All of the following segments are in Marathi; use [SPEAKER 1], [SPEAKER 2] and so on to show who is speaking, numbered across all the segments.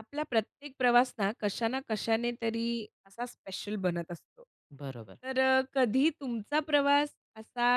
[SPEAKER 1] आपला प्रत्येक प्रवास ना कशा ना कशाने तरी असा स्पेशल बनत असतो.
[SPEAKER 2] बरोबर.
[SPEAKER 1] तर कधी तुमचा प्रवास असा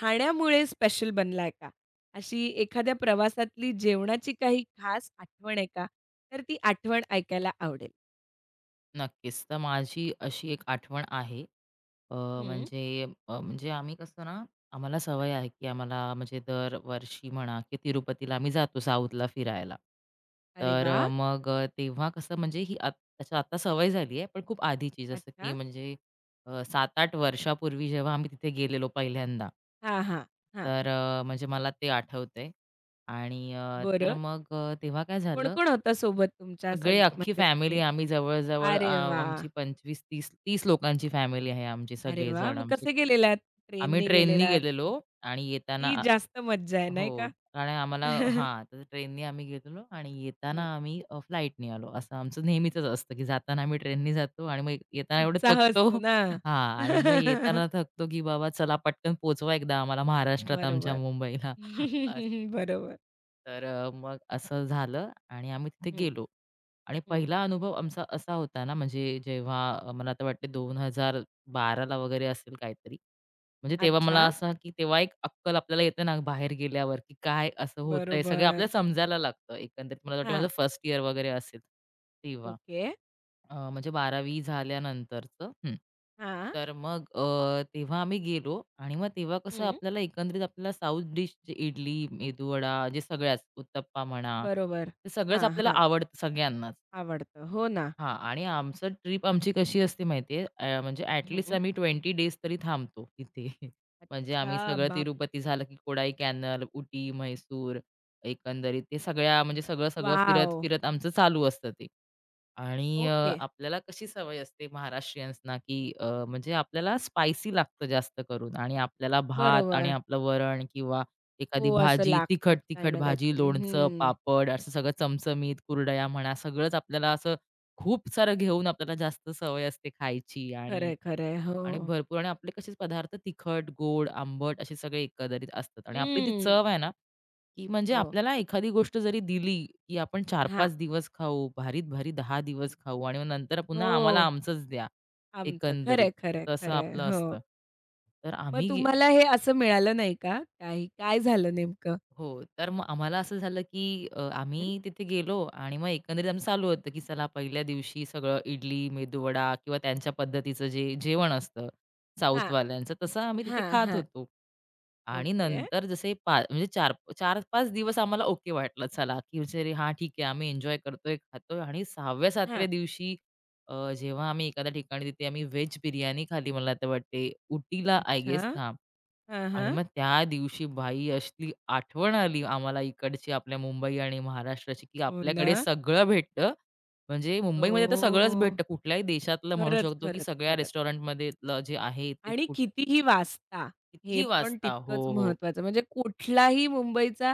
[SPEAKER 1] खाण्यामुळे स्पेशल बनलाय का? अशी एखाद्या प्रवासातली जेवणाची काही खास आठवण आहे का? तर ती आठवण ऐकायला आवडेल.
[SPEAKER 2] नक्कीच. तर माझी अशी एक आठवण आहे. अ,
[SPEAKER 1] हं.
[SPEAKER 2] म्हणजे म्हणजे आम्ही कसं ना, आम्हाला सवय आहे, की आम्हाला म्हणजे दरवर्षी म्हणा, की तिरुपतीला आम्ही जातो साऊथला फिरायला.
[SPEAKER 1] अरे
[SPEAKER 2] तर
[SPEAKER 1] वाह!
[SPEAKER 2] मग तेव्हा कसं म्हणजे ही आत अच्छा, आता सवय झाली आहे, पण खूप आधीची जसं की
[SPEAKER 1] अच्छा.
[SPEAKER 2] म्हणजे 7-8 वर्षापूर्वी जेव्हा आम्ही तिथे गेलेलो पहिल्यांदा.
[SPEAKER 1] हां, हां. हां.
[SPEAKER 2] तर म्हणजे मला ते आठवतंय आणि तर
[SPEAKER 1] बरं.
[SPEAKER 2] मग तेव्हा काय झालं.
[SPEAKER 1] कोण-कोण होतं सोबत तुमच्या सग
[SPEAKER 2] सगळे अख्खी
[SPEAKER 1] म्हणजे
[SPEAKER 2] फॅमिली
[SPEAKER 1] तुम्ही?
[SPEAKER 2] आम्ही जवळ-जवळ
[SPEAKER 1] अरे वाह!
[SPEAKER 2] आमची 25-30 30 लोकांची फॅमिली आहे आमची
[SPEAKER 1] अरे वाह!
[SPEAKER 2] सगळेजण
[SPEAKER 1] मग
[SPEAKER 2] आमचे.
[SPEAKER 1] कसे गेलेलात?
[SPEAKER 2] आम्ही
[SPEAKER 1] ट्रेनने
[SPEAKER 2] ट्रेननी
[SPEAKER 1] गेलेलात?
[SPEAKER 2] गेलेलो आणि येताना
[SPEAKER 1] ती जास्त मज्जा आहे
[SPEAKER 2] हो.
[SPEAKER 1] नाही का?
[SPEAKER 2] कारण आम्हाला हां, तर ट्रेननी आम्ही गेलेलो आणि येताना
[SPEAKER 1] हं.
[SPEAKER 2] आम्ही फ्लाईटनी आलो. असं आमचं नेहमीचंच असतं, की जाताना आम्ही ट्रेननी जातो आणि मग येताना एवढं
[SPEAKER 1] उत्साह
[SPEAKER 2] थकतो.
[SPEAKER 1] असतो ना.
[SPEAKER 2] हां, आणि मग येताना थकतो, की बाबा चला पटकन पोहोचवा एकदा आम्हाला महाराष्ट्रात आमच्या
[SPEAKER 1] बरोबर.
[SPEAKER 2] मुंबईला असं.
[SPEAKER 1] बरोबर.
[SPEAKER 2] तर मग असं झालं आणि आम्ही तिथे
[SPEAKER 1] हं,
[SPEAKER 2] गेलो. आणि
[SPEAKER 1] हं.
[SPEAKER 2] पहिला अनुभव आमचा असा होता ना, म्हणजे जेव्हा मला आता वाटते 2012 ला वगैरे असेल काहीतरी. म्हणजे तेव्हा मला
[SPEAKER 1] अच्छा.
[SPEAKER 2] असं की तेव्हा एक अक्कल आपल्याला येते ना बाहेर गेल्यावर, की काय असं होतंय सगळं
[SPEAKER 1] बरोबर.
[SPEAKER 2] आपल्याला समजायला लागतं. एकंदरीत मला वाटतं माझं
[SPEAKER 1] हां.
[SPEAKER 2] फर्स्ट इयर वगैरे असेल तेव्हा.
[SPEAKER 1] ओके.
[SPEAKER 2] म्हणजे 12वी झाल्यानंतरचं. हं.
[SPEAKER 1] हां.
[SPEAKER 2] तर मग तेव्हा आम्ही गेलो आणि मग तेव्हा कसं
[SPEAKER 1] हं.
[SPEAKER 2] आपल्याला एकंदरीत आपल्याला साऊथ डिश जे इडली, मेदूवडा जे सगळ्याच, उत्तप्पा म्हणा,
[SPEAKER 1] बरोबर.
[SPEAKER 2] ते सगळंच
[SPEAKER 1] हां,
[SPEAKER 2] आपल्याला
[SPEAKER 1] हां.
[SPEAKER 2] आवडतं सगळ्यांनाच.
[SPEAKER 1] आवडतं. हो ना.
[SPEAKER 2] हां, आणि आमचं ट्रिप आमची कशी असते माहिती आहे, म्हणजे ॲटलीस्ट
[SPEAKER 1] हं.
[SPEAKER 2] आम्ही 20 डेज तरी थांबतो तिथे. म्हणजे
[SPEAKER 1] अच्छा.
[SPEAKER 2] आम्ही सगळं
[SPEAKER 1] बाप.
[SPEAKER 2] तिरुपती झालं, की कोडाई कॅनल, उटी, म्हैसूर, एकंदरीत ते सगळ्या म्हणजे सगळं, सगळं फिरत,
[SPEAKER 1] वॉव!
[SPEAKER 2] फिरत आमचं चालू असतं ते. आणि
[SPEAKER 1] ओके.
[SPEAKER 2] आपल्याला कशी सवय असते महाराष्ट्रीयन्सना, की म्हणजे आपल्याला स्पायसी लागतं जास्त करून आणि आपल्याला भात आणि
[SPEAKER 1] बरोबर.
[SPEAKER 2] आपलं वरण किंवा एखादी,
[SPEAKER 1] हो,
[SPEAKER 2] हं,
[SPEAKER 1] असं
[SPEAKER 2] भाजी,
[SPEAKER 1] लागतंच काही
[SPEAKER 2] तिखट-तिखट
[SPEAKER 1] ना
[SPEAKER 2] भाजी,
[SPEAKER 1] काहीतरी.
[SPEAKER 2] लोणचं,
[SPEAKER 1] हं.
[SPEAKER 2] पापड असं सगळं चमचमीत, कुरडया म्हणा, सगळंच आपल्याला असं खूप सारं घेऊन आपल्याला जास्त सवय असते खायची. आणि
[SPEAKER 1] खरंय, खरंय.
[SPEAKER 2] आणि
[SPEAKER 1] हो.
[SPEAKER 2] भरपूर आणि आपले कसे पदार्थ तिखट, गोड, आंबट असे सगळे एकंदरीत असतात आणि आपली ती
[SPEAKER 1] हं.
[SPEAKER 2] चव आहे ना, की म्हणजे
[SPEAKER 1] हो.
[SPEAKER 2] आपल्याला एखादी गोष्ट जरी दिली, की आपण
[SPEAKER 1] हां.
[SPEAKER 2] 4-5 दिवस खाऊ, भारीत-भारी 10 दिवस खाऊ आणि मग नंतर पुन्हा आम्हाला
[SPEAKER 1] हो.
[SPEAKER 2] आमचंच द्या,
[SPEAKER 1] आमचं.
[SPEAKER 2] एकंदरीत.
[SPEAKER 1] खरंय, खरंय,
[SPEAKER 2] तसं
[SPEAKER 1] खरंय.
[SPEAKER 2] आपलं
[SPEAKER 1] हो.
[SPEAKER 2] असतं. तर
[SPEAKER 1] मग
[SPEAKER 2] आम्ही
[SPEAKER 1] तुम्हाला हे असं मिळालं नाही का? काही काय झालं नेमकं?
[SPEAKER 2] हो. तर मग आम्हाला असं झालं, की
[SPEAKER 1] हं.
[SPEAKER 2] आम्ही तिथे गेलो आणि मग एकंदरीत आमचं चालू होतं, की चला पहिल्या दिवशी सगळं इडली, मेदूवडा किंवा त्यांच्या पद्धतीचं जे जेवण असतं
[SPEAKER 1] हां,
[SPEAKER 2] साऊथवाल्यांचं, तसं आम्ही तिथे
[SPEAKER 1] हां,
[SPEAKER 2] खात
[SPEAKER 1] हां.
[SPEAKER 2] होतो. आणि
[SPEAKER 1] ओके.
[SPEAKER 2] नंतर जसे म्हणजे 4 4-5 दिवस आम्हाला ओके वाटलं, चला, की म्हणजे हां, ठीक आहे, आम्ही एन्जॉय करतोय, खातोय आणि 6व्या-7व्या
[SPEAKER 1] हां.
[SPEAKER 2] दिवशी जेव्हा आम्ही एखाद्या ठिकाणी तिथे आम्ही व्हेज बिर्याणी खाल्ली मला तर वाटते उटीला आय
[SPEAKER 1] अच्छा.
[SPEAKER 2] गेस हां.
[SPEAKER 1] हां,
[SPEAKER 2] आणि
[SPEAKER 1] हां.
[SPEAKER 2] मग त्या दिवशी भाई असली आठवण आली आम्हाला इकडची आपल्या मुंबई आणि महाराष्ट्राची, की
[SPEAKER 1] हो ना.
[SPEAKER 2] आपल्याकडे सगळं भेटतं. म्हणजे मुंबईमध्ये तर
[SPEAKER 1] हो.
[SPEAKER 2] सगळंच भेटतं. कुठल्याही देशातलं म्हणू
[SPEAKER 1] खरंच,
[SPEAKER 2] शकतो, की
[SPEAKER 1] खरंच,
[SPEAKER 2] सगळ्या
[SPEAKER 1] खरंच.
[SPEAKER 2] रेस्टॉरंटमधलं जे आहे ते
[SPEAKER 1] आणि कितीही वाचता, हे
[SPEAKER 2] कितीही
[SPEAKER 1] पण
[SPEAKER 2] वाचता. हो,
[SPEAKER 1] तितकंच
[SPEAKER 2] हो.
[SPEAKER 1] महत्त्वाचं. म्हणजे कुठलाही मुंबईचा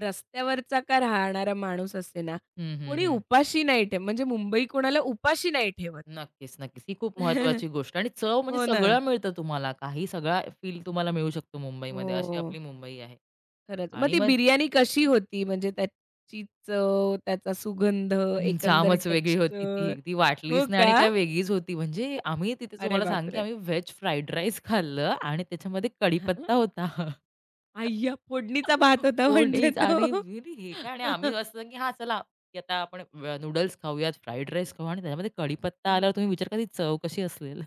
[SPEAKER 1] रस्त्यावरचा का राहणारा माणूस असे ना,
[SPEAKER 2] हं, हं,
[SPEAKER 1] कोणी
[SPEAKER 2] हं.
[SPEAKER 1] उपाशी नाही ठेवत. म्हणजे मुंबई कोणाला उपाशी नाही ठेवत.
[SPEAKER 2] नक्कीच, नक्कीच. ही खूप महत्त्वाची गोष्ट आणि चव म्हणजे
[SPEAKER 1] हो ना.
[SPEAKER 2] सगळं मिळतं तुम्हाला. काही सगळा फील तुम्हाला मिळू शकतो मुंबईमध्ये. अशी
[SPEAKER 1] हो,
[SPEAKER 2] आपली मुंबई आहे.
[SPEAKER 1] खरंच. मग
[SPEAKER 2] आणि
[SPEAKER 1] ती
[SPEAKER 2] मग
[SPEAKER 1] बिर्याणी कशी होती? म्हणजे त्याची चव, त्याचा सुगंध,
[SPEAKER 2] हं,
[SPEAKER 1] एकंदर
[SPEAKER 2] जामच वेगळी होती
[SPEAKER 1] टेक्स्चर.
[SPEAKER 2] ती. ती वाटलीच
[SPEAKER 1] हो
[SPEAKER 2] नाही आणि
[SPEAKER 1] का?
[SPEAKER 2] काय वेगळीच होती. म्हणजे आम्ही तिथे
[SPEAKER 1] अरे
[SPEAKER 2] तुम्हाला सांगेन, की
[SPEAKER 1] बापरे!
[SPEAKER 2] आम्ही व्हेज फ्राईड राईस खाल्लं आणि त्याच्यामध्ये
[SPEAKER 1] हां.
[SPEAKER 2] कढीपत्ता होता.
[SPEAKER 1] अय्या! फोडणीचा भात होता म्हणजे
[SPEAKER 2] कोणीच, आणि
[SPEAKER 1] तो.
[SPEAKER 2] म्हणजे हे काय, आणि आम्ही असं, की हां, चला, की आता आपण नूडल्स खाऊयात, फ्राईड राईस खाऊ आणि त्याच्यामध्ये कढीपत्ता आल्यावर तुम्ही विचार करा ती चव कशी असेल?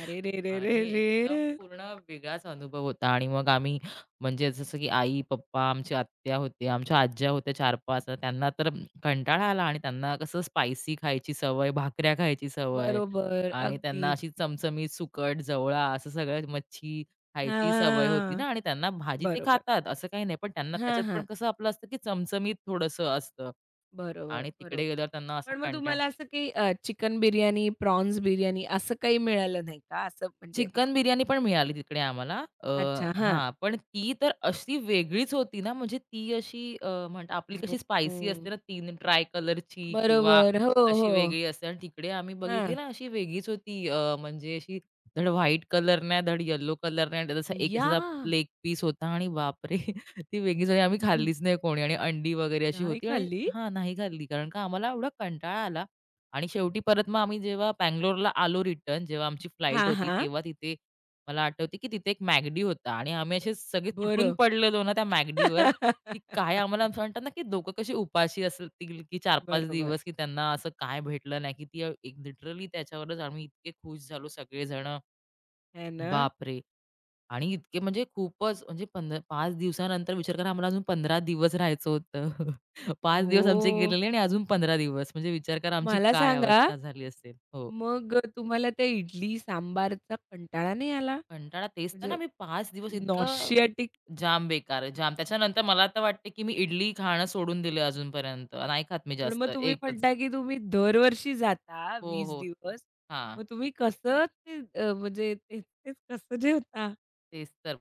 [SPEAKER 1] अरे रे रे रे
[SPEAKER 2] आणि
[SPEAKER 1] रे!
[SPEAKER 2] एकदम पूर्ण वेगळाच अनुभव होता आणि मग आम्ही म्हणजे जसं की आई, पप्पा, आमची आत्या होती, आमच्या आज्या होत्या 4-5, तर त्यांना तर कंटाळा आला आणि त्यांना कसं स्पायसी खायची सवय, भाकऱ्या खायची सवय
[SPEAKER 1] बरोबर,
[SPEAKER 2] आणि त्यांना
[SPEAKER 1] अगदीच.
[SPEAKER 2] अशी चमचमीत सुकट, जवळा असं सगळं मच्छी खायची सवय होती
[SPEAKER 1] हां.
[SPEAKER 2] ना आणि त्यांना भाजी ते
[SPEAKER 1] बरोबर.
[SPEAKER 2] खातात असं काही नाही. पण त्यांना
[SPEAKER 1] हां,
[SPEAKER 2] त्याच्यात पण
[SPEAKER 1] हां.
[SPEAKER 2] कसं आपलं असतं की चमचमीत थोडंसं असतं
[SPEAKER 1] बरोबर,
[SPEAKER 2] आणि तिकडे
[SPEAKER 1] बरोबर.
[SPEAKER 2] गेल्यावर त्यांना असा
[SPEAKER 1] पण मग
[SPEAKER 2] कंटाळा.
[SPEAKER 1] तुम्हाला असं काही चिकन बिर्याणी, प्रॉन्स बिर्याणी असं काही मिळालं नाही का? असं म्हणजे
[SPEAKER 2] चिकन बिर्याणी पण मिळाली तिकडे आम्हाला. अ,
[SPEAKER 1] अच्छा. हां.
[SPEAKER 2] हां, पण ती तर अशी वेगळीच होती ना, म्हणजे ती अशी म्हणतात आपली
[SPEAKER 1] हो,
[SPEAKER 2] कशी स्पायसी असते
[SPEAKER 1] हो.
[SPEAKER 2] ना, 3 ट्राय कलरची किंवा
[SPEAKER 1] बरोबर. हो,
[SPEAKER 2] अशी
[SPEAKER 1] हो.
[SPEAKER 2] वेगळी असते आणि तिकडे आम्ही बघितली
[SPEAKER 1] हां.
[SPEAKER 2] ना, अशी वेगळीच होती. म्हणजे अशी धड व्हाईट कलर नाही, धड येलो कलर नाही आणि त्याचा असा एक
[SPEAKER 1] अय्या!
[SPEAKER 2] असा लेग पीस होता आणि बापरे! ती वेगळीच होती. आम्ही खाल्लीच नाही कोणी आणि अंडी वगैरे अशी
[SPEAKER 1] नाही
[SPEAKER 2] होती आणि
[SPEAKER 1] खाल्ली?
[SPEAKER 2] हां, नाही खाल्ली कारण का आम्हाला एवढा कंटाळा आला. आणि शेवटी परत मग आम्ही जेव्हा बंगलोरला आलो रिटर्न, जेव्हा आमची फ्लाइट
[SPEAKER 1] हां,
[SPEAKER 2] होती,
[SPEAKER 1] हां.
[SPEAKER 2] तेव्हा तिथे मला आठवते, की तिथे एक मॅगडी होता आणि आम्ही असे सगळे तुटून
[SPEAKER 1] बरं.
[SPEAKER 2] पडलेलो ना त्या मॅगडीवर, की काय आम्हाला असं म्हणतात ना, की लोकं कशी उपाशी असतील, की 4-5
[SPEAKER 1] बरोबर.
[SPEAKER 2] दिवस, की त्यांना असं काय भेटलं नाही, की ती एक लिटरली त्याच्यावरच आम्ही इतके खुश झालो सगळेजण.
[SPEAKER 1] आहे ना?
[SPEAKER 2] बापरे! आणि इतके म्हणजे खूपच म्हणजे 5 दिवसानंतर विचार करा आम्हाला अजून 15 दिवस राहायचं होतं. 5 दिवस आमचे
[SPEAKER 1] हो.
[SPEAKER 2] गेलेले आणि अजून 15 दिवस म्हणजे विचार करा आमची
[SPEAKER 1] मला
[SPEAKER 2] काय
[SPEAKER 1] सांगा
[SPEAKER 2] अवस्था झाली असेल. हो.
[SPEAKER 1] मग तुम्हाला त्या इडली सांबारचा कंटाळा नाही आला?
[SPEAKER 2] कंटाळा तेच तर ना
[SPEAKER 1] म्हणजे
[SPEAKER 2] मी 5 दिवस इतकं
[SPEAKER 1] नॉशियाटिक.
[SPEAKER 2] जाम बेकार, जाम. त्याच्यानंतर मला तर वाटते, की मी इडली खाणं सोडून दिलं अजूनपर्यंत. नाही खात मी
[SPEAKER 1] पण
[SPEAKER 2] जास्त
[SPEAKER 1] मग तुम्ही
[SPEAKER 2] एकच.
[SPEAKER 1] म्हणता, की तुम्ही दरवर्षी जाता
[SPEAKER 2] हो,
[SPEAKER 1] 20
[SPEAKER 2] हो.
[SPEAKER 1] दिवस.
[SPEAKER 2] हां.
[SPEAKER 1] मग तुम्ही कसं ते म्हणजे तेच-तेच कसं जेवता?
[SPEAKER 2] तेच तर.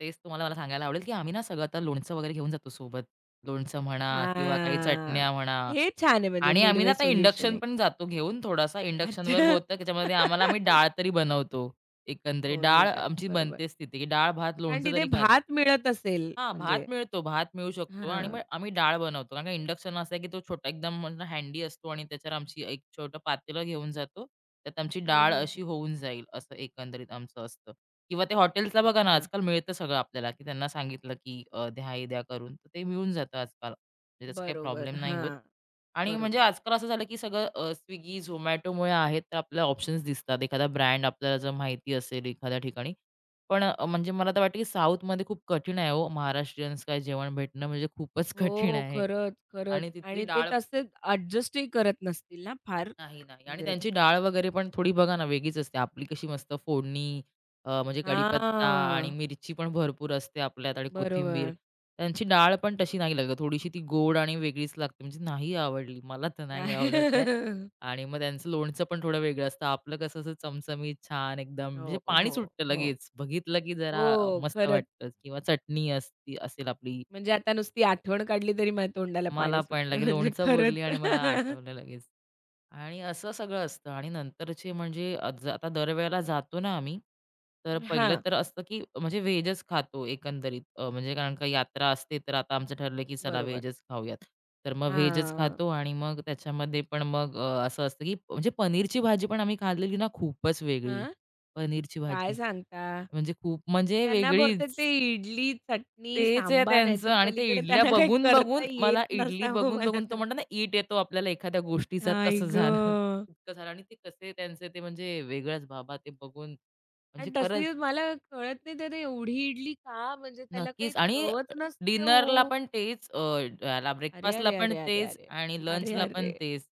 [SPEAKER 2] तेच तुम्हाला मला सांगायला आवडेल, की आम्ही ना सगळं आता लोणचं वगैरे घेऊन जातो सोबत. लोणचं म्हणा किंवा काही
[SPEAKER 1] हां.
[SPEAKER 2] चटण्या म्हणा.
[SPEAKER 1] हे छान आहे म्हणजे
[SPEAKER 2] आणि आम्ही ना
[SPEAKER 1] मिडवे
[SPEAKER 2] आता
[SPEAKER 1] सोल्युशन
[SPEAKER 2] इंडक्शन
[SPEAKER 1] एक.
[SPEAKER 2] पण जातो घेऊन थोडासा. इंडक्शनवर
[SPEAKER 1] अच्छा.
[SPEAKER 2] होतं त्याच्यामध्ये आम्हाला आम्ही डाळ तरी बनवतो.
[SPEAKER 1] हो,
[SPEAKER 2] एकंदरीत डाळ
[SPEAKER 1] निदान.
[SPEAKER 2] आमची
[SPEAKER 1] बरोबर.
[SPEAKER 2] बनतेच तिथे, की डाळ, भात,
[SPEAKER 1] कारण
[SPEAKER 2] लोणचं
[SPEAKER 1] तिथे
[SPEAKER 2] तरी खातो.
[SPEAKER 1] भात मिळत असेल
[SPEAKER 2] हां,
[SPEAKER 1] म्हणजे.
[SPEAKER 2] भात मिळतो. भात मिळू शकतो आणि मग
[SPEAKER 1] हां.
[SPEAKER 2] आम्ही डाळ बनवतो. कारण का इंडक्शन असा आहे, की तो छोटा एकदम म्हणतो हँडी असतो आणि त्याच्यावर आमची एक छोटं पातेलं घेऊन जातो. त्यात आमची
[SPEAKER 1] हं,
[SPEAKER 2] डाळ
[SPEAKER 1] हं,
[SPEAKER 2] अशी
[SPEAKER 1] हं.
[SPEAKER 2] होऊन जाईल, असं एकंदरीत आमचं असतं. किंवा ते हॉटेलचं बघा ना,
[SPEAKER 1] अच्छा.
[SPEAKER 2] आजकाल मिळतं सगळं आपल्याला, की त्यांना सांगितलं, की द्या हे द्या करून, तर ते मिळून जातं आजकाल. म्हणजे त्याचा काही प्रॉब्लेम
[SPEAKER 1] बरोबर.
[SPEAKER 2] नाही होत.
[SPEAKER 1] हां.
[SPEAKER 2] आणि म्हणजे
[SPEAKER 1] बरोबर.
[SPEAKER 2] आजकाल असं झालं, की सगळं Swiggy, Zomatoमुळे आहेत, तर आपल्याला ऑप्शन्स दिसतात. एखादा ब्रँड आपल्याला जर माहिती असेल एखाद्या ठिकाणी, पण म्हणजे मला तर वाटतं की साऊथमध्ये खूप कठीण आहे हो, महाराष्ट्रीयन्स काय जेवण भेटणं म्हणजे खूपच कठीण
[SPEAKER 1] हो,
[SPEAKER 2] आहे
[SPEAKER 1] खरंच, खरंच
[SPEAKER 2] आणि तिथली
[SPEAKER 1] आणि ते
[SPEAKER 2] डाळ
[SPEAKER 1] तसेच अॅडजस्टही करत नसतील ना फार?
[SPEAKER 2] नाही, नाही. आणि
[SPEAKER 1] म्हणजे
[SPEAKER 2] त्यांची डाळ वगैरे पण थोडी बघा ना वेगळीच असते. आपली कशी मस्त फोडणी म्हणजे कढीपत्ता आणि
[SPEAKER 1] हां,
[SPEAKER 2] मिरची पण भरपूर असते आपल्यात आणि कोथिंबीर.
[SPEAKER 1] बरोबर.
[SPEAKER 2] त्यांची डाळ पण तशी नाही लागत. थोडीशी ती गोड आणि वेगळीच लागते. म्हणजे नाही आवडली. मला तर नाही
[SPEAKER 1] नाही
[SPEAKER 2] आवडत आहे. आणि मग त्यांचं लोणचं पण थोडं वेगळं असतं. आपलं कसं असं चमचमीत छान एकदम म्हणजे
[SPEAKER 1] हो,
[SPEAKER 2] पाणी
[SPEAKER 1] हो,
[SPEAKER 2] सुटतं
[SPEAKER 1] हो.
[SPEAKER 2] लगेच. बघितलं की जरा
[SPEAKER 1] हो,
[SPEAKER 2] मस्त
[SPEAKER 1] खरंच.
[SPEAKER 2] वाटतं किंवा चटणी असती असेल आपली.
[SPEAKER 1] म्हणजे आता नुसती आठवण काढली तरी माझ्या तोंडाला
[SPEAKER 2] मला
[SPEAKER 1] पाणी
[SPEAKER 2] पण
[SPEAKER 1] सुटलंय
[SPEAKER 2] लगेच
[SPEAKER 1] म्हणजे
[SPEAKER 2] लोणचं
[SPEAKER 1] खरंच.
[SPEAKER 2] बोलली आणि मला आठवलं लगेच. आणि असं सगळं असतं आणि नंतरचे म्हणजे अ, ज आता दरवेळेला जातो ना आम्ही, तर पहिलं
[SPEAKER 1] हां,
[SPEAKER 2] तर असतं, की म्हणजे व्हेजच खातो एकंदरीत. म्हणजे कारण का यात्रा असते, तर आता आमचं ठरलं, की चला
[SPEAKER 1] बरोबर.
[SPEAKER 2] व्हेजच खाऊयात. तर मग व्हेजच
[SPEAKER 1] हां.
[SPEAKER 2] खातो आणि मग त्याच्यामध्ये पण मग असं असतं, की म्हणजे पनीरची भाजी पण आम्ही खाल्लेली ना खूपच वेगळी.
[SPEAKER 1] हां?
[SPEAKER 2] पनीरची
[SPEAKER 1] काय
[SPEAKER 2] भाजी
[SPEAKER 1] सांगता?
[SPEAKER 2] म्हणजे खूप म्हणजे
[SPEAKER 1] त्यांना बहुतेक ते
[SPEAKER 2] वेगळीच.
[SPEAKER 1] इडली, चटणी,
[SPEAKER 2] तेच आहे
[SPEAKER 1] सांबार
[SPEAKER 2] त्यांचं
[SPEAKER 1] याच्या
[SPEAKER 2] आणि ते
[SPEAKER 1] पलीकडे
[SPEAKER 2] इडल्या
[SPEAKER 1] त्यांना काही करता
[SPEAKER 2] बघून-बघून
[SPEAKER 1] येत
[SPEAKER 2] मला इडली
[SPEAKER 1] नसावं मला
[SPEAKER 2] बघून-बघून तो
[SPEAKER 1] तर.
[SPEAKER 2] म्हणतो ना, ईट येतो आपल्याला एखाद्या गोष्टीचा
[SPEAKER 1] आई
[SPEAKER 2] तसं झालं.
[SPEAKER 1] गं!
[SPEAKER 2] इतकं झालं आणि ते कसे त्यांचे ते म्हणजे वेगळंच बाबा ते बघून म्हणजे
[SPEAKER 1] आणि
[SPEAKER 2] खरंच
[SPEAKER 1] तसे मला कळत नाही त्याने एवढी इडली का? म्हणजे त्याला काही
[SPEAKER 2] नक्कीच आणि
[SPEAKER 1] चवच नसते
[SPEAKER 2] डिनरला
[SPEAKER 1] हो.
[SPEAKER 2] पण तेच याला
[SPEAKER 1] अरे,
[SPEAKER 2] ब्रेकफास्टला
[SPEAKER 1] अरे,
[SPEAKER 2] पण
[SPEAKER 1] अरे, अरे,
[SPEAKER 2] तेच
[SPEAKER 1] अरे,
[SPEAKER 2] आणि
[SPEAKER 1] अरे,
[SPEAKER 2] लंचला पण
[SPEAKER 1] अरे!
[SPEAKER 2] तेच.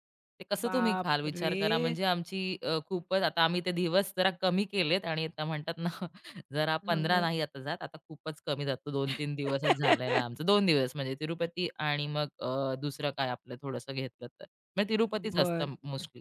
[SPEAKER 2] ते कसं तुम्ही खाल विचार करा
[SPEAKER 1] बापरे!
[SPEAKER 2] म्हणजे आमची खूपच आता आम्ही ते दिवस जरा कमी केलेत आणि आता म्हणतात ना जरा
[SPEAKER 1] हो
[SPEAKER 2] 15
[SPEAKER 1] ना.
[SPEAKER 2] नाही आता जात. आता खूपच कमी जातो 2 3 दिवसच झालेला आमचा. 2 दिवस म्हणजे तिरुपती आणि मग दुसरं काय आपलं थोडंसं घेतलं तर. मग तिरुपतीच
[SPEAKER 1] बरं.
[SPEAKER 2] असतं मोस्टली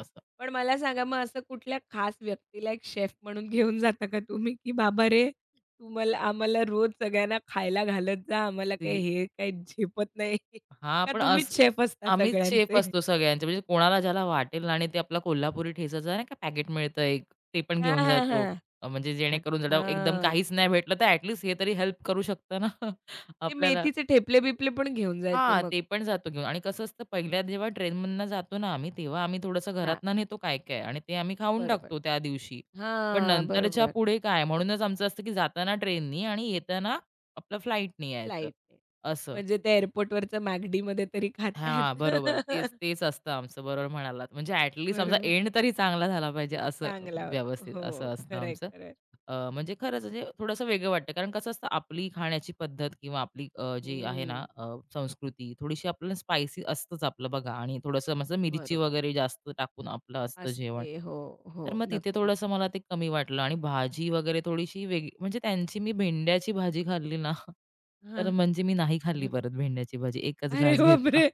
[SPEAKER 2] असं.
[SPEAKER 1] पण मला सांगा मग असं कुठल्या खास व्यक्तीला एक शेफ म्हणून घेऊन जाता का तुम्ही, की "बाबा रे, तू मला आम्हाला रोज सगळ्यांना खायला घालत जा. आम्हाला काही हे काही झेपत नाही."
[SPEAKER 2] हां,
[SPEAKER 1] का
[SPEAKER 2] पण
[SPEAKER 1] तुम्हीच
[SPEAKER 2] असं
[SPEAKER 1] शेफ असता
[SPEAKER 2] आम्हीच शेफ
[SPEAKER 1] सगळ्यांचे?
[SPEAKER 2] असतो सगळ्यांचे. म्हणजे कोणाला ज्याला वाटेल ना आणि ते आपला कोल्हापुरी ठेचाचं नाही का पॅकेट मिळतं एक, ते पण
[SPEAKER 1] हां,
[SPEAKER 2] घेऊन
[SPEAKER 1] हां,
[SPEAKER 2] जातो.
[SPEAKER 1] हां.
[SPEAKER 2] म्हणजे जेणेकरून ज्याला एकदम
[SPEAKER 1] अच्छा.
[SPEAKER 2] काहीच नाही भेटलं, तर ॲटलीस्ट हे तरी हेल्प करू शकतं ना
[SPEAKER 1] ते
[SPEAKER 2] आपल्याला.
[SPEAKER 1] मेथीचे ठेपले-बिपले पण घेऊन जायचे
[SPEAKER 2] हां,
[SPEAKER 1] मग.
[SPEAKER 2] ते पण जातो घेऊन आणि कसं असतं पहिल्या जेव्हा ट्रेनमधनं जातो ना आम्ही, तेव्हा आम्ही थोडंसं
[SPEAKER 1] हां.
[SPEAKER 2] घरातनं नेतो काय-काय आणि ते आम्ही खाऊन
[SPEAKER 1] बरोबर.
[SPEAKER 2] टाकतो त्या दिवशी. पण
[SPEAKER 1] हां,
[SPEAKER 2] नंतरच्या
[SPEAKER 1] बरोबर.
[SPEAKER 2] पुढे काय म्हणूनच आमचं असतं, की जाताना ट्रेननी आणि येताना आपलं फ्लाईटनी यायचं,
[SPEAKER 1] फ्लाइटने.
[SPEAKER 2] असं.
[SPEAKER 1] म्हणजे त्या एअरपोर्टवरचं मॅकडीमध्ये तरी खाता
[SPEAKER 2] हां, बरोबर.
[SPEAKER 1] येतं.
[SPEAKER 2] तेच, तेच असतं आमचं. बरोबर म्हणालात. म्हणजे ॲट लीस्ट आमचा
[SPEAKER 1] बरोबर.
[SPEAKER 2] एंड तरी चांगला झाला पाहिजे असं
[SPEAKER 1] चांगला होतो.
[SPEAKER 2] व्यवस्थित असं
[SPEAKER 1] हो,
[SPEAKER 2] असतं
[SPEAKER 1] खरंय,
[SPEAKER 2] आमचं.
[SPEAKER 1] खरंय.
[SPEAKER 2] म्हणजे खरंच म्हणजे थोडंसं वेगळं वाटतं. कारण कसं असतं आपली खाण्याची पद्धत किंवा आपली जी आहे ना
[SPEAKER 1] हं,
[SPEAKER 2] संस्कृती थोडीशी आपल्याला स्पायसी असतंच आपलं बघा आणि थोडंसं मस्त मिरची
[SPEAKER 1] बरोबर.
[SPEAKER 2] वगैरे जास्त टाकून आपलं असतं जेवण.
[SPEAKER 1] असते. हो, हो.
[SPEAKER 2] तर मग तिथे
[SPEAKER 1] नक्कीच.
[SPEAKER 2] थोडंसं मला ते कमी वाटलं आणि भाजी वगैरे थोडीशी वेगळी म्हणजे त्यांची मी भेंड्याची भाजी खाल्ली ना,
[SPEAKER 1] हां.
[SPEAKER 2] तर म्हणजे मी नाही खाल्ली
[SPEAKER 1] अरे
[SPEAKER 2] परत
[SPEAKER 1] बापरे!
[SPEAKER 2] भेंड्याची भाजी. एकच
[SPEAKER 1] अरे
[SPEAKER 2] घास घेतला.
[SPEAKER 1] बापरे!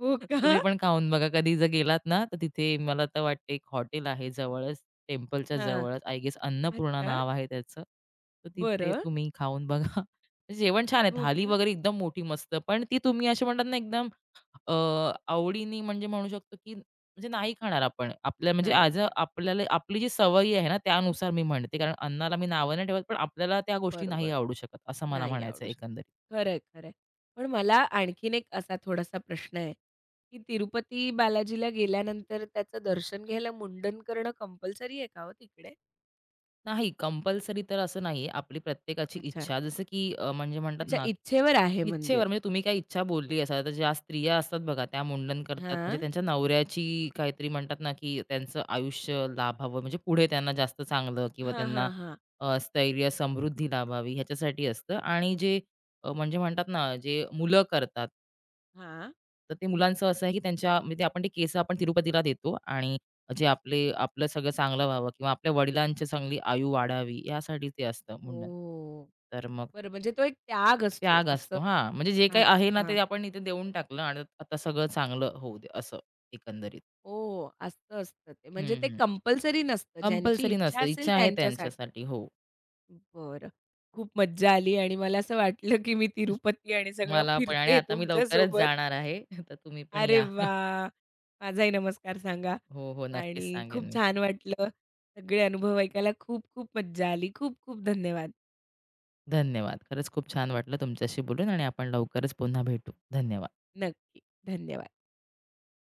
[SPEAKER 1] हो का?
[SPEAKER 2] तुम्ही पण खाऊन बघा. कधी जर गेलात ना, तर तिथे मला तर वाटते एक हॉटेल आहे जवळच. टेम्पलच्या
[SPEAKER 1] हां.
[SPEAKER 2] जवळच आय गेस अन्नपूर्णा
[SPEAKER 1] अच्छा.
[SPEAKER 2] नाव आहे त्याचं. तर तिथे
[SPEAKER 1] बरं.
[SPEAKER 2] तुम्ही खाऊन बघा. म्हणजे जेवण छान आहे.
[SPEAKER 1] हो
[SPEAKER 2] थाली
[SPEAKER 1] का?
[SPEAKER 2] वगैरे एकदम मोठी मस्त. पण ती तुम्ही असे म्हणतात ना एकदम अ, आवडीने म्हणजे म्हणू शकतो, की म्हणजे नाही खाणार आपण. आपल्या म्हणजे
[SPEAKER 1] नाही
[SPEAKER 2] ॲज
[SPEAKER 1] खाणार.
[SPEAKER 2] आपल्याला आपली जी सवयी आहे ना त्यानुसार मी म्हणते. कारण अन्नाला मी नावं नाही ठेवत, पण आपल्याला त्या गोष्टी नाही
[SPEAKER 1] बरोबर.
[SPEAKER 2] आवडू शकत असं मला
[SPEAKER 1] नाही
[SPEAKER 2] म्हणायचं
[SPEAKER 1] आवडू
[SPEAKER 2] आहे
[SPEAKER 1] शकत.
[SPEAKER 2] एकंदरीत.
[SPEAKER 1] खरंय, खरंय. पण मला आणखीन एक असा थोडासा प्रश्न आहे, की तिरुपती बालाजीला गेल्यानंतर त्याचं दर्शन घ्यायला मुंडन करणं कंपल्सरी आहे का हो तिकडे?
[SPEAKER 2] नाही, कंपल्सरी तर असं नाहीये. आपली प्रत्येकाची
[SPEAKER 1] अच्छा.
[SPEAKER 2] इच्छा जसं की म्हणजे म्हणतात
[SPEAKER 1] अच्छा,
[SPEAKER 2] ना,
[SPEAKER 1] इच्छेवर आहे
[SPEAKER 2] की
[SPEAKER 1] म्हणजे?
[SPEAKER 2] इच्छेवर म्हणजे तुम्ही काही इच्छा बोलली असाल, तर ज्या स्त्रिया असतात बघा त्या मुंडन करतात म्हणजे
[SPEAKER 1] हां.
[SPEAKER 2] त्यांच्या नवऱ्याची काहीतरी म्हणतात ना, की त्यांचं आयुष्य लाभावं म्हणजे पुढे त्यांना जास्त चांगलं किंवा
[SPEAKER 1] हां,
[SPEAKER 2] त्यांना
[SPEAKER 1] हां, हां.
[SPEAKER 2] स्थैर्य, समृद्धी लाभावी ह्याच्यासाठी असतं आणि जे म्हणजे म्हणतात ना, जे मुलं करतात
[SPEAKER 1] हां.
[SPEAKER 2] तर ते मुलांचं असं आहे, की त्यांच्या म्हणजे ते आपण ते केस आपण तिरुपतीला देतो आणि जे आपले आपलं सगळं चांगलं व्हावं किंवा आपल्या वडिलांची चांगली आयु वाढावी यासाठी ते असतं मुंडन.
[SPEAKER 1] ओह!
[SPEAKER 2] तर मग
[SPEAKER 1] बरं म्हणजे तो एक त्याग असतो
[SPEAKER 2] त्याग
[SPEAKER 1] असं.
[SPEAKER 2] असतो हां, म्हणजे जे काही आहे ना,
[SPEAKER 1] अच्छा.
[SPEAKER 2] ते आपण इथे देऊन टाकलं आणि आता सगळं चांगलं होऊ दे असं एकंदरीत.
[SPEAKER 1] ओह! असं असतं ते. म्हणजे ते
[SPEAKER 2] हं,
[SPEAKER 1] कंपल्सरी नसतं. ज्यांची
[SPEAKER 2] कंपल्सरी
[SPEAKER 1] इच्छा
[SPEAKER 2] नसतं.
[SPEAKER 1] असेल
[SPEAKER 2] इच्छा आहे
[SPEAKER 1] त्यांच्यासाठी.
[SPEAKER 2] त्यांच्यासाठी. हो.
[SPEAKER 1] बरं. खूप मज्जा आली आणि मला असं वाटलं, की मी तिरुपती आणि सगळं
[SPEAKER 2] मला पण आणि
[SPEAKER 1] फिरते
[SPEAKER 2] आता मी लवकरच
[SPEAKER 1] तुमच्यासोबत.
[SPEAKER 2] जाणार आहे. तर तुम्ही पण
[SPEAKER 1] अरे
[SPEAKER 2] या.
[SPEAKER 1] वाह! माझाही नमस्कार सांगा
[SPEAKER 2] हो, हो. नक्कीच
[SPEAKER 1] आणि
[SPEAKER 2] सांगेन
[SPEAKER 1] खूप
[SPEAKER 2] मी.
[SPEAKER 1] छान वाटलं. सगळे अनुभव ऐकायला खूप खूप मज्जा आली. खूप खूप धन्यवाद.
[SPEAKER 2] धन्यवाद. खरंच खूप छान वाटलं तुमच्याशी बोलून आणि आपण लवकरच पुन्हा भेटू. धन्यवाद.
[SPEAKER 1] नक्की. धन्यवाद.